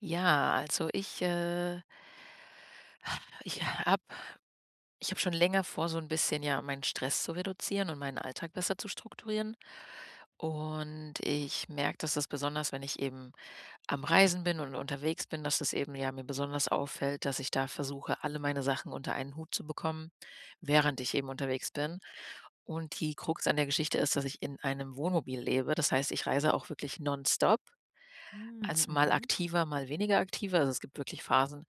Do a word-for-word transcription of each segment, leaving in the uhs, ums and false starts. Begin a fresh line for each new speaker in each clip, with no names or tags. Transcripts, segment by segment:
Ja, also ich, äh ich habe ich habe schon länger vor, so ein bisschen, ja, meinen Stress zu reduzieren und meinen Alltag besser zu strukturieren. Und ich merke, dass das besonders, wenn ich eben am Reisen bin und unterwegs bin, dass das eben, ja, mir besonders auffällt, dass ich da versuche, alle meine Sachen unter einen Hut zu bekommen, während ich eben unterwegs bin. Und die Krux an der Geschichte ist, dass ich in einem Wohnmobil lebe. Das heißt, ich reise auch wirklich nonstop,
Hm,
als mal
mhm.
aktiver, mal weniger aktiver. Also, es gibt wirklich Phasen.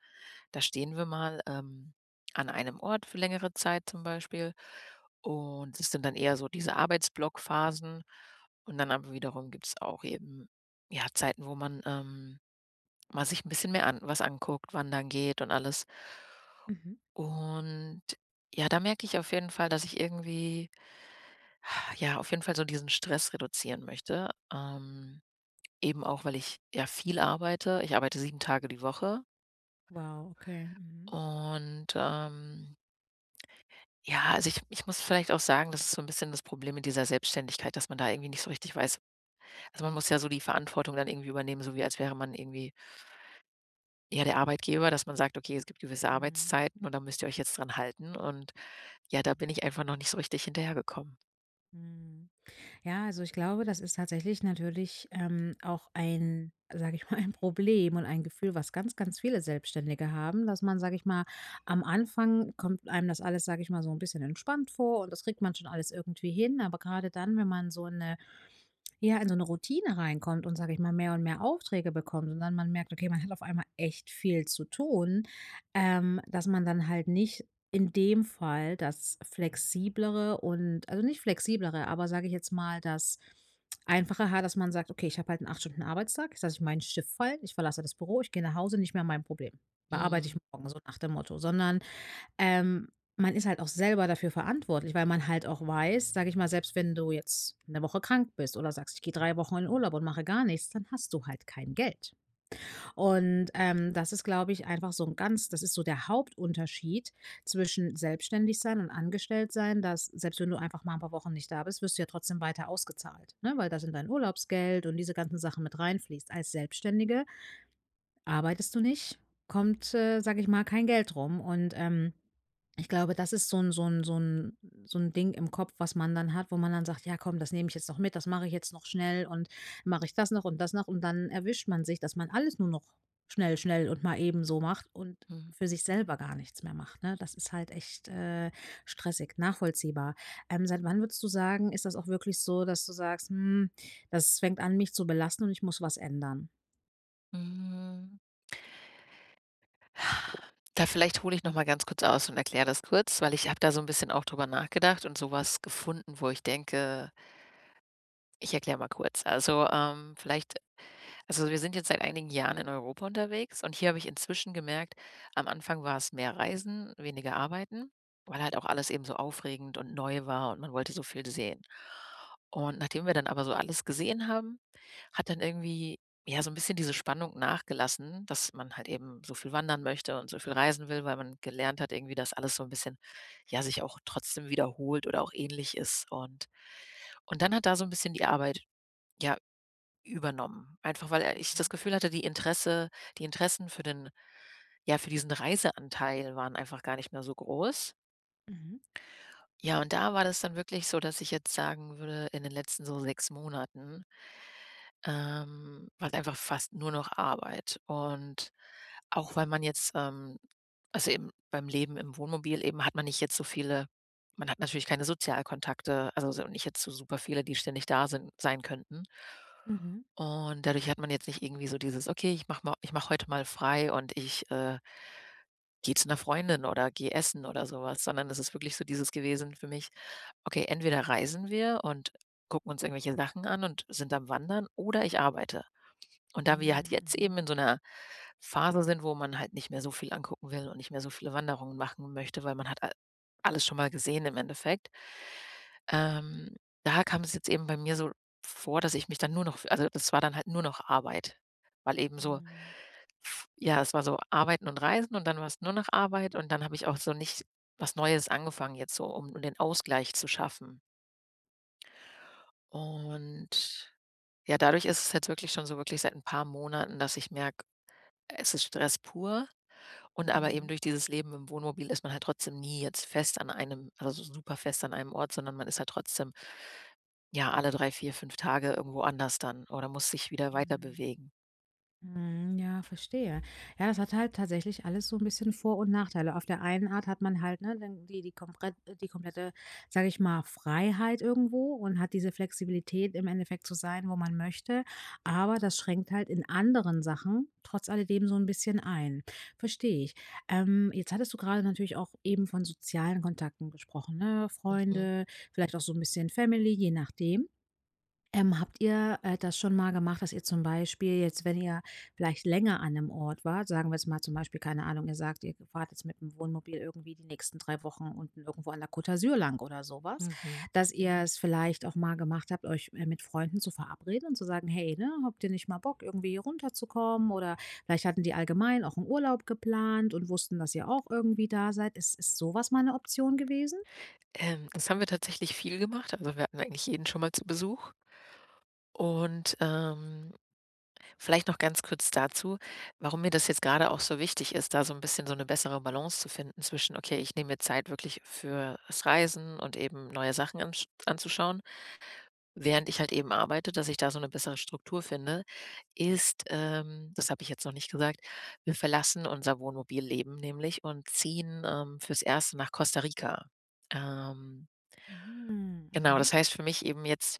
Da stehen wir mal, ähm, an einem Ort für längere Zeit, zum Beispiel, und es sind dann eher so diese Arbeitsblockphasen, und dann aber wiederum gibt es auch eben, ja, Zeiten, wo man, ähm, mal sich ein bisschen mehr an was anguckt, wandern geht und alles.
Mhm.
Und ja, da merke ich auf jeden Fall, dass ich irgendwie ja, auf jeden Fall so diesen Stress reduzieren möchte, ähm, eben auch, weil ich ja viel arbeite. Ich arbeite sieben Tage die Woche,
Wow, okay. Mhm.
und, ähm Ja, also ich ich muss vielleicht auch sagen, das ist so ein bisschen das Problem mit dieser Selbstständigkeit, dass man da irgendwie nicht so richtig weiß. Also, man muss ja so die Verantwortung dann irgendwie übernehmen, so wie als wäre man irgendwie, ja, der Arbeitgeber, dass man sagt: „Okay, es gibt gewisse
Mhm.
Arbeitszeiten und da müsst ihr euch jetzt dran halten.“ Und ja, da bin ich einfach noch nicht so richtig hinterhergekommen.
Mhm. Ja, also ich glaube, das ist tatsächlich natürlich ähm, auch ein, sage ich mal, ein Problem und ein Gefühl, was ganz, ganz viele Selbstständige haben, dass man, sage ich mal, am Anfang kommt einem das alles, sage ich mal, so ein bisschen entspannt vor und das kriegt man schon alles irgendwie hin. Aber gerade dann, wenn man so eine, ja, in so eine Routine reinkommt und, sage ich mal, mehr und mehr Aufträge bekommt und dann man merkt, okay, man hat auf einmal echt viel zu tun, ähm, dass man dann halt nicht in dem Fall das flexiblere und also nicht flexiblere, aber sage ich jetzt mal, das einfache Haar, dass man sagt: „Okay, ich habe halt einen acht Stunden Arbeitstag. Jetzt lasse ich meinen Stift fallen, ich verlasse das Büro, ich gehe nach Hause, nicht mehr mein Problem. Bearbeite ich
Mhm,
morgen“, so nach dem Motto. Sondern, ähm, man ist halt auch selber dafür verantwortlich, weil man halt auch weiß, sage ich mal, selbst wenn du jetzt eine Woche krank bist oder sagst: „Ich gehe drei Wochen in Urlaub und mache gar nichts“, dann hast du halt kein Geld. Und, ähm, das ist, glaube ich, einfach so ein ganz das ist so der Hauptunterschied zwischen selbstständig sein und angestellt sein, dass selbst wenn du einfach mal ein paar Wochen nicht da bist, wirst du ja trotzdem weiter ausgezahlt, ne, weil da sind dein Urlaubsgeld und diese ganzen Sachen mit reinfließt. Als Selbstständige arbeitest du nicht, kommt, äh, sage ich mal, kein Geld rum und, ähm, ich glaube, das ist so ein so ein so ein so ein Ding im Kopf, was man dann hat, wo man dann sagt: „Ja komm, das nehme ich jetzt noch mit, das mache ich jetzt noch schnell und mache ich das noch und das noch“, und dann erwischt man sich, dass man alles nur noch schnell, schnell und mal eben so macht und
mhm,
für sich selber gar nichts mehr macht, ne? Das ist halt echt, äh, stressig, nachvollziehbar. Ähm, seit wann würdest du sagen, ist das auch wirklich so, dass du sagst: „Hm, das fängt an, mich zu belasten und ich muss was ändern?“
mhm. Da vielleicht hole ich noch mal ganz kurz aus und erkläre das kurz, weil ich habe da so ein bisschen auch drüber nachgedacht und sowas gefunden, wo ich denke, ich erkläre mal kurz. Also, ähm, vielleicht Also, wir sind jetzt seit einigen Jahren in Europa unterwegs, und hier habe ich inzwischen gemerkt, am Anfang war es mehr Reisen, weniger Arbeiten, weil halt auch alles eben so aufregend und neu war und man wollte so viel sehen. Und nachdem wir dann aber so alles gesehen haben, hat dann irgendwie, ja, so ein bisschen diese Spannung nachgelassen, dass man halt eben so viel wandern möchte und so viel reisen will, weil man gelernt hat irgendwie, dass alles so ein bisschen, ja, sich auch trotzdem wiederholt oder auch ähnlich ist. Und und dann hat da so ein bisschen die Arbeit, ja, übernommen. Einfach, weil, äh, ich das
Mhm,
Gefühl hatte, die Interesse die Interessen für den ja, für diesen Reiseanteil waren einfach gar nicht mehr so groß.
mhm.
Ja, und da war das dann wirklich so, dass ich jetzt sagen würde, in den letzten so sechs Monaten, ähm, war es einfach fast nur noch Arbeit. Und auch weil man jetzt, ähm also, eben beim Leben im Wohnmobil, eben hat man nicht jetzt so viele. Man hat natürlich keine Sozialkontakte, also, so nicht jetzt so super viele, die ständig da sind sein könnten.
Mhm.
Und dadurch hat man jetzt nicht irgendwie so dieses: „Okay, ich mache mal ich mache heute mal frei und ich, äh, gehe zu einer Freundin oder gehe essen“ oder sowas, sondern es ist wirklich so dieses gewesen für mich: „Okay, entweder reisen wir und gucken uns irgendwelche Sachen an und sind am Wandern oder ich arbeite.“ Und da wir halt
Mhm,
jetzt eben in
mhm,
so einer Phase sind, wo man halt nicht mehr so viel angucken will und nicht mehr so viele Wanderungen machen möchte, weil man hat al alles schon mal gesehen im Endeffekt. ähm, Da kam es jetzt eben bei mir so vor, dass ich mich dann nur noch, also, das war dann halt nur noch Arbeit, weil eben so,
mhm,
ja, es war so Arbeiten und Reisen und dann war es nur noch Arbeit, und dann habe ich auch so nicht was Neues angefangen jetzt so, um um den Ausgleich zu schaffen. Und ja, dadurch ist es jetzt wirklich schon so wirklich seit ein paar Monaten, dass ich merke, es ist Stress pur, und aber eben
mhm,
durch dieses Leben im Wohnmobil ist man halt trotzdem nie jetzt fest an einem, also, so super fest an einem Ort, sondern man ist halt trotzdem, ja, alle drei, vier, fünf Tage irgendwo anders dann oder muss sich wieder
mhm.
weiterbewegen.
Ja, verstehe. Ja, das hat halt tatsächlich alles so ein bisschen Vor- und Nachteile. Auf der einen Art hat man halt, ne, dann die die komprett die komplette, sage ich mal, Freiheit irgendwo und hat diese Flexibilität, im Endeffekt zu sein, wo man möchte, aber das schränkt halt in anderen Sachen trotz alledem so ein bisschen ein. Verstehe ich. Ähm, jetzt hattest du gerade natürlich auch eben von sozialen Kontakten gesprochen, ne?
Mhm,
Freunde, vielleicht auch so ein bisschen Family, je nachdem. Ähm, habt ihr, äh, das schon mal gemacht, dass ihr zum Beispiel jetzt, wenn ihr vielleicht länger an einem Ort wart, sagen wir jetzt mal zum Beispiel, keine Ahnung, ihr sagt, ihr fahrt jetzt mit dem Wohnmobil irgendwie die nächsten drei Wochen unten irgendwo an der Côte d'Azur lang oder sowas,
mhm.
dass ihr es vielleicht auch mal gemacht habt, euch, äh, mit Freunden zu verabreden und zu sagen: „Hey, ne, habt ihr nicht mal Bock, irgendwie runterzukommen?“ Oder vielleicht hatten die allgemein auch einen Urlaub geplant und wussten, dass ihr auch irgendwie da seid. Ist ist sowas mal eine Option gewesen?
Ähm, das haben wir tatsächlich viel gemacht. Also, wir hatten eigentlich jeden schon mal zu Besuch. Und, ähm, vielleicht noch ganz kurz dazu, warum mir das jetzt gerade auch so wichtig ist, da so ein bisschen so eine bessere Balance zu finden zwischen: „Okay, ich nehme mir Zeit wirklich fürs Reisen und eben neue Sachen ansch anzuschauen.“ Während ich halt eben arbeite, dass ich da so eine bessere Struktur finde, ist, ähm das habe ich jetzt noch nicht gesagt, wir verlassen unser Wohnmobilleben nämlich und ziehen, ähm, fürs Erste nach Costa Rica. Ähm,
Mhm,
genau,
mhm,
Das heißt für mich eben jetzt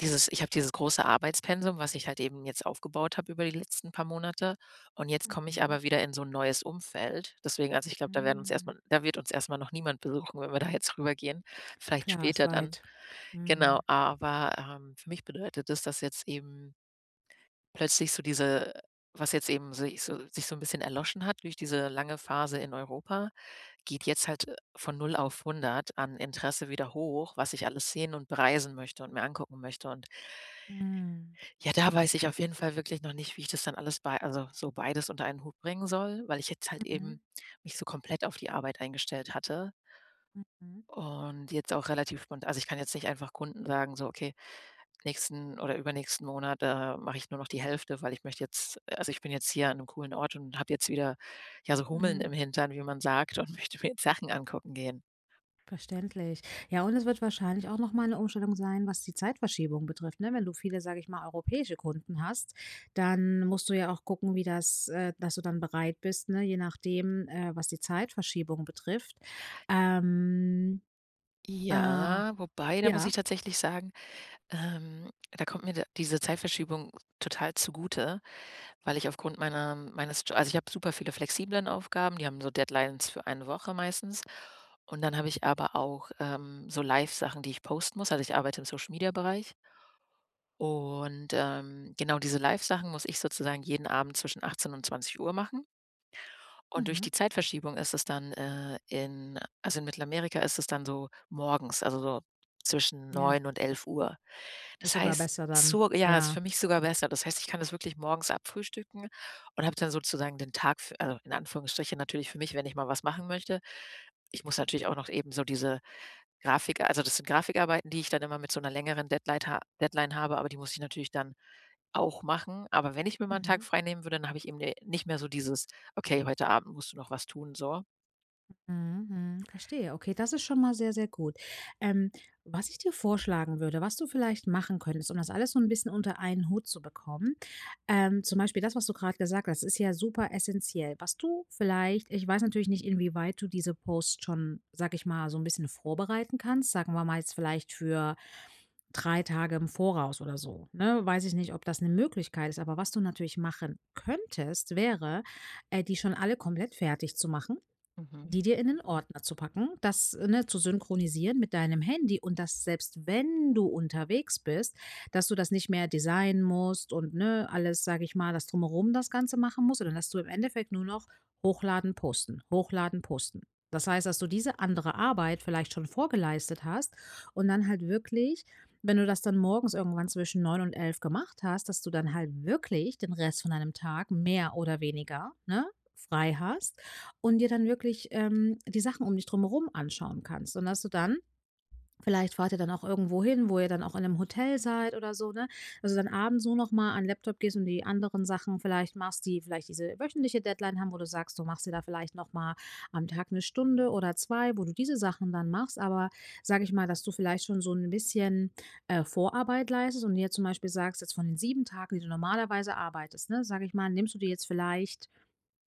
dieses ich habe dieses große Arbeitspensum, was ich halt eben jetzt aufgebaut habe über die letzten paar Monate, und jetzt komme ich
mhm,
aber wieder in so ein neues Umfeld. Deswegen, also, ich glaube, da werden uns
hm.
erstmal, da wird uns erstmal noch niemand besuchen, wenn wir da jetzt rübergehen. Vielleicht
Klar, ist
später dann.
weit.
Genau,
Mhm.
aber, ähm, für mich bedeutet es, dass jetzt eben plötzlich so diese was jetzt eben sich so sich so 'n bisschen erloschen hat durch diese lange Phase in Europa, geht jetzt halt, äh, von null auf hundert an Interesse wieder hoch, was ich alles sehen und bereisen möchte und mir angucken möchte. Und
Mhm.
ja, da weiß ich auf jeden Fall wirklich noch nicht, wie ich das dann alles bei also, so beides unter einen Hut bringen soll, weil ich jetzt halt
Mhm.
eben mich so komplett auf die Arbeit eingestellt hatte,
Mhm.
und jetzt auch relativ spont also, ich kann jetzt nicht einfach Kunden sagen, so: „Okay, nächsten oder übernächsten Monat, äh, mache ich nur noch die Hälfte, weil ich möchte jetzt, äh, also, ich bin jetzt hier an einem coolen Ort und habe jetzt wieder, ja, so Hummeln im
Mhm.
Hintern, wie man sagt, und möchte mir jetzt Sachen angucken gehen.“
Verständlich. Ja, und es wird wahrscheinlich auch noch mal 'ne Umstellung sein, was die Zeitverschiebung betrifft, ne? Wenn du viele, sage ich mal, europäische Kunden hast, dann musst du ja auch gucken, wie das äh, dass du dann bereit bist, ne, je nachdem, äh, was die Zeitverschiebung betrifft. Ähm, äh,
Ja, wobei, da muss ich
ja,
tatsächlich sagen, ähm, da kommt mir d diese Zeitverschiebung total zugute, weil ich aufgrund meiner meines Jo also, ich habe super viele flexiblen Aufgaben, die haben so Deadlines für eine Woche meistens. Und dann habe ich aber auch, ähm, so Live-Sachen, die ich posten muss. Also, ich arbeite im Social-Media-Bereich. Und, ähm, genau diese Live-Sachen muss ich sozusagen jeden Abend zwischen achtzehn und zwanzig Uhr machen. Und durch
mhm,
die Zeitverschiebung ist es dann, äh, in also, in Mittelamerika ist es dann so morgens, also, so zwischen
ja,
neun und elf Uhr.
ist
Das
sogar
heißt,
besser dann,
so ja, ist
ja.
für mich sogar besser. Das heißt, ich kann das wirklich morgens abfrühstücken und habe dann sozusagen den Tag für also, in Anführungsstrichen natürlich, für mich, wenn ich mal was machen möchte. Ich muss natürlich auch noch eben so diese Grafiker also, das sind Grafikarbeiten, die ich dann immer mit so 'ner längeren Deadleit ha Deadline habe, aber die muss ich natürlich dann auch machen. Aber wenn ich mir mal 'n Tag
Mhm.
freinehmen würde, dann habe ich eben ne nicht mehr so dieses: „Okay, heute Abend musst du noch was tun“, so.
Mhm, mhm, verstehe. Okay, das ist schon mal sehr, sehr gut. Ähm, Was ich dir vorschlagen würde, was du vielleicht machen könntest, um das alles so ein bisschen unter einen Hut zu bekommen, ähm, zum Beispiel das, was du gerade gesagt hast, ist ja super essentiell. Was du vielleicht, ich weiß natürlich nicht, inwieweit du diese Posts schon, sag ich mal, so ein bisschen vorbereiten kannst, sagen wir mal jetzt vielleicht für drei Tage im Voraus oder so. Ne? Weiß ich nicht, ob das eine Möglichkeit ist, aber was du natürlich machen könntest, wäre, äh, die schon alle komplett fertig zu machen,
Mhm,
die dir in 'nen Ordner zu packen, das, äh, ne, zu synchronisieren mit deinem Handy und dass selbst wenn du unterwegs bist, dass du das nicht mehr designen musst und, ne, alles, sage ich mal, das Drumherum das Ganze machen musst, sondern dass du im Endeffekt nur noch hochladen, posten, hochladen, posten. Das heißt, dass du diese andere Arbeit vielleicht schon vorgeleistet hast und dann halt wirklich, wenn du das dann morgens irgendwann zwischen neun und elf gemacht hast, dass du dann halt wirklich den Rest von deinem Tag mehr oder weniger, ne, frei hast und dir dann wirklich, ähm, die Sachen um dich drumherum anschauen kannst. Und dass du dann vielleicht fahrt ihr dann auch irgendwo hin, wo ihr dann auch in einem Hotel seid oder so, ne? Also, dann abends so noch mal an 'n Laptop gehst und die anderen Sachen vielleicht machst, die vielleicht diese wöchentliche Deadline haben, wo du sagst, du machst dir da vielleicht noch mal am Tag eine Stunde oder zwei, wo du diese Sachen dann machst. Aber sage ich mal, dass du vielleicht schon so ein bisschen, äh, Vorarbeit leistest und dir zum Beispiel sagst, jetzt von den sieben Tagen, die du normalerweise arbeitest, ne, sage ich mal, nimmst du dir jetzt vielleicht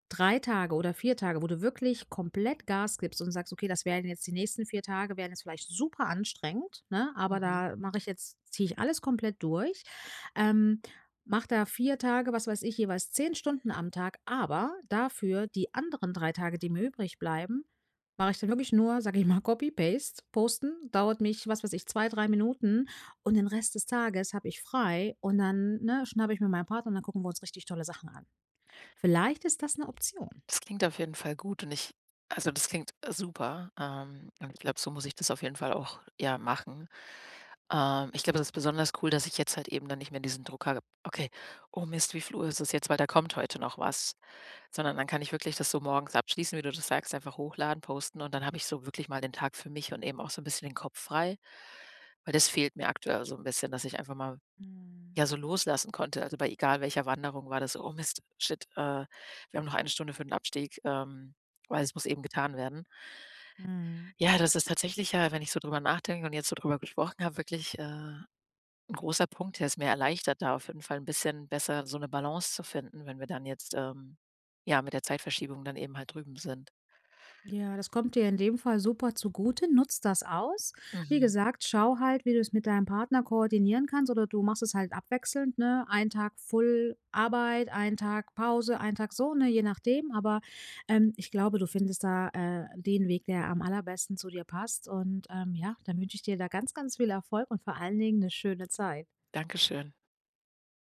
drei Tage oder vier Tage, wo du wirklich komplett Gas gibst und sagst: „Okay, das werden jetzt die nächsten vier Tage werden jetzt vielleicht super anstrengend, ne, aber
mhm.
da mache ich jetzt ziehe ich alles komplett durch.“ Ähm, Mach da vier Tage, was weiß ich, jeweils zehn Stunden am Tag, aber dafür die anderen drei Tage, die mir übrig bleiben, mache ich dann wirklich nur, sage ich mal, Copy Paste, posten, dauert mich, was weiß ich, zwei drei Minuten und den Rest des Tages habe ich frei und dann, ne, schnappe ich mir meinen Partner und dann gucken wir uns richtig tolle Sachen an. Vielleicht ist das eine Option.
Das klingt auf jeden Fall gut, und ich, also, das klingt super, ähm, und ich glaube, so muss ich das auf jeden Fall auch, ja, machen. Ähm, ich glaube, das ist besonders cool, dass ich jetzt halt eben dann nicht mehr diesen Druck habe: „Okay, oh Mist, wie viel Uhr ist es jetzt, weil da kommt heute noch was.“ Sondern dann kann ich wirklich das so morgens abschließen, wie du das sagst, einfach hochladen, posten, und dann habe ich so wirklich mal den Tag für mich und eben auch so ein bisschen den Kopf frei, weil das fehlt mir aktuell so ein bisschen, dass ich einfach mal,
Mhm.
ja, so loslassen konnte. Also, bei egal welcher Wanderung war das so: „Oh Mist, shit, äh, wir haben noch eine Stunde für den Abstieg, ähm, weil es muss eben getan werden.“
Mhm.
Ja, das ist tatsächlich, ja, wenn ich so drüber nachdenke und jetzt so drüber gesprochen habe, wirklich, äh, 'n großer Punkt, der es mir erleichtert, da auf jeden Fall ein bisschen besser so eine Balance zu finden, wenn wir dann jetzt, ähm, ja, mit der Zeitverschiebung dann eben halt drüben sind.
Ja, das kommt dir in dem Fall super zugute. Nutz das aus. Wie
Mhm.
gesagt, schau halt, wie du es mit deinem Partner koordinieren kannst oder du machst es halt abwechselnd, ne? Ein Tag Full Arbeit, ein Tag Pause, ein Tag so, ne? Je nachdem. Aber ähm, ich glaube, du findest da äh, den Weg, der am allerbesten zu dir passt. Und ähm, ja, dann wünsche ich dir da ganz, ganz viel Erfolg und vor allen Dingen eine schöne Zeit.
Dankeschön.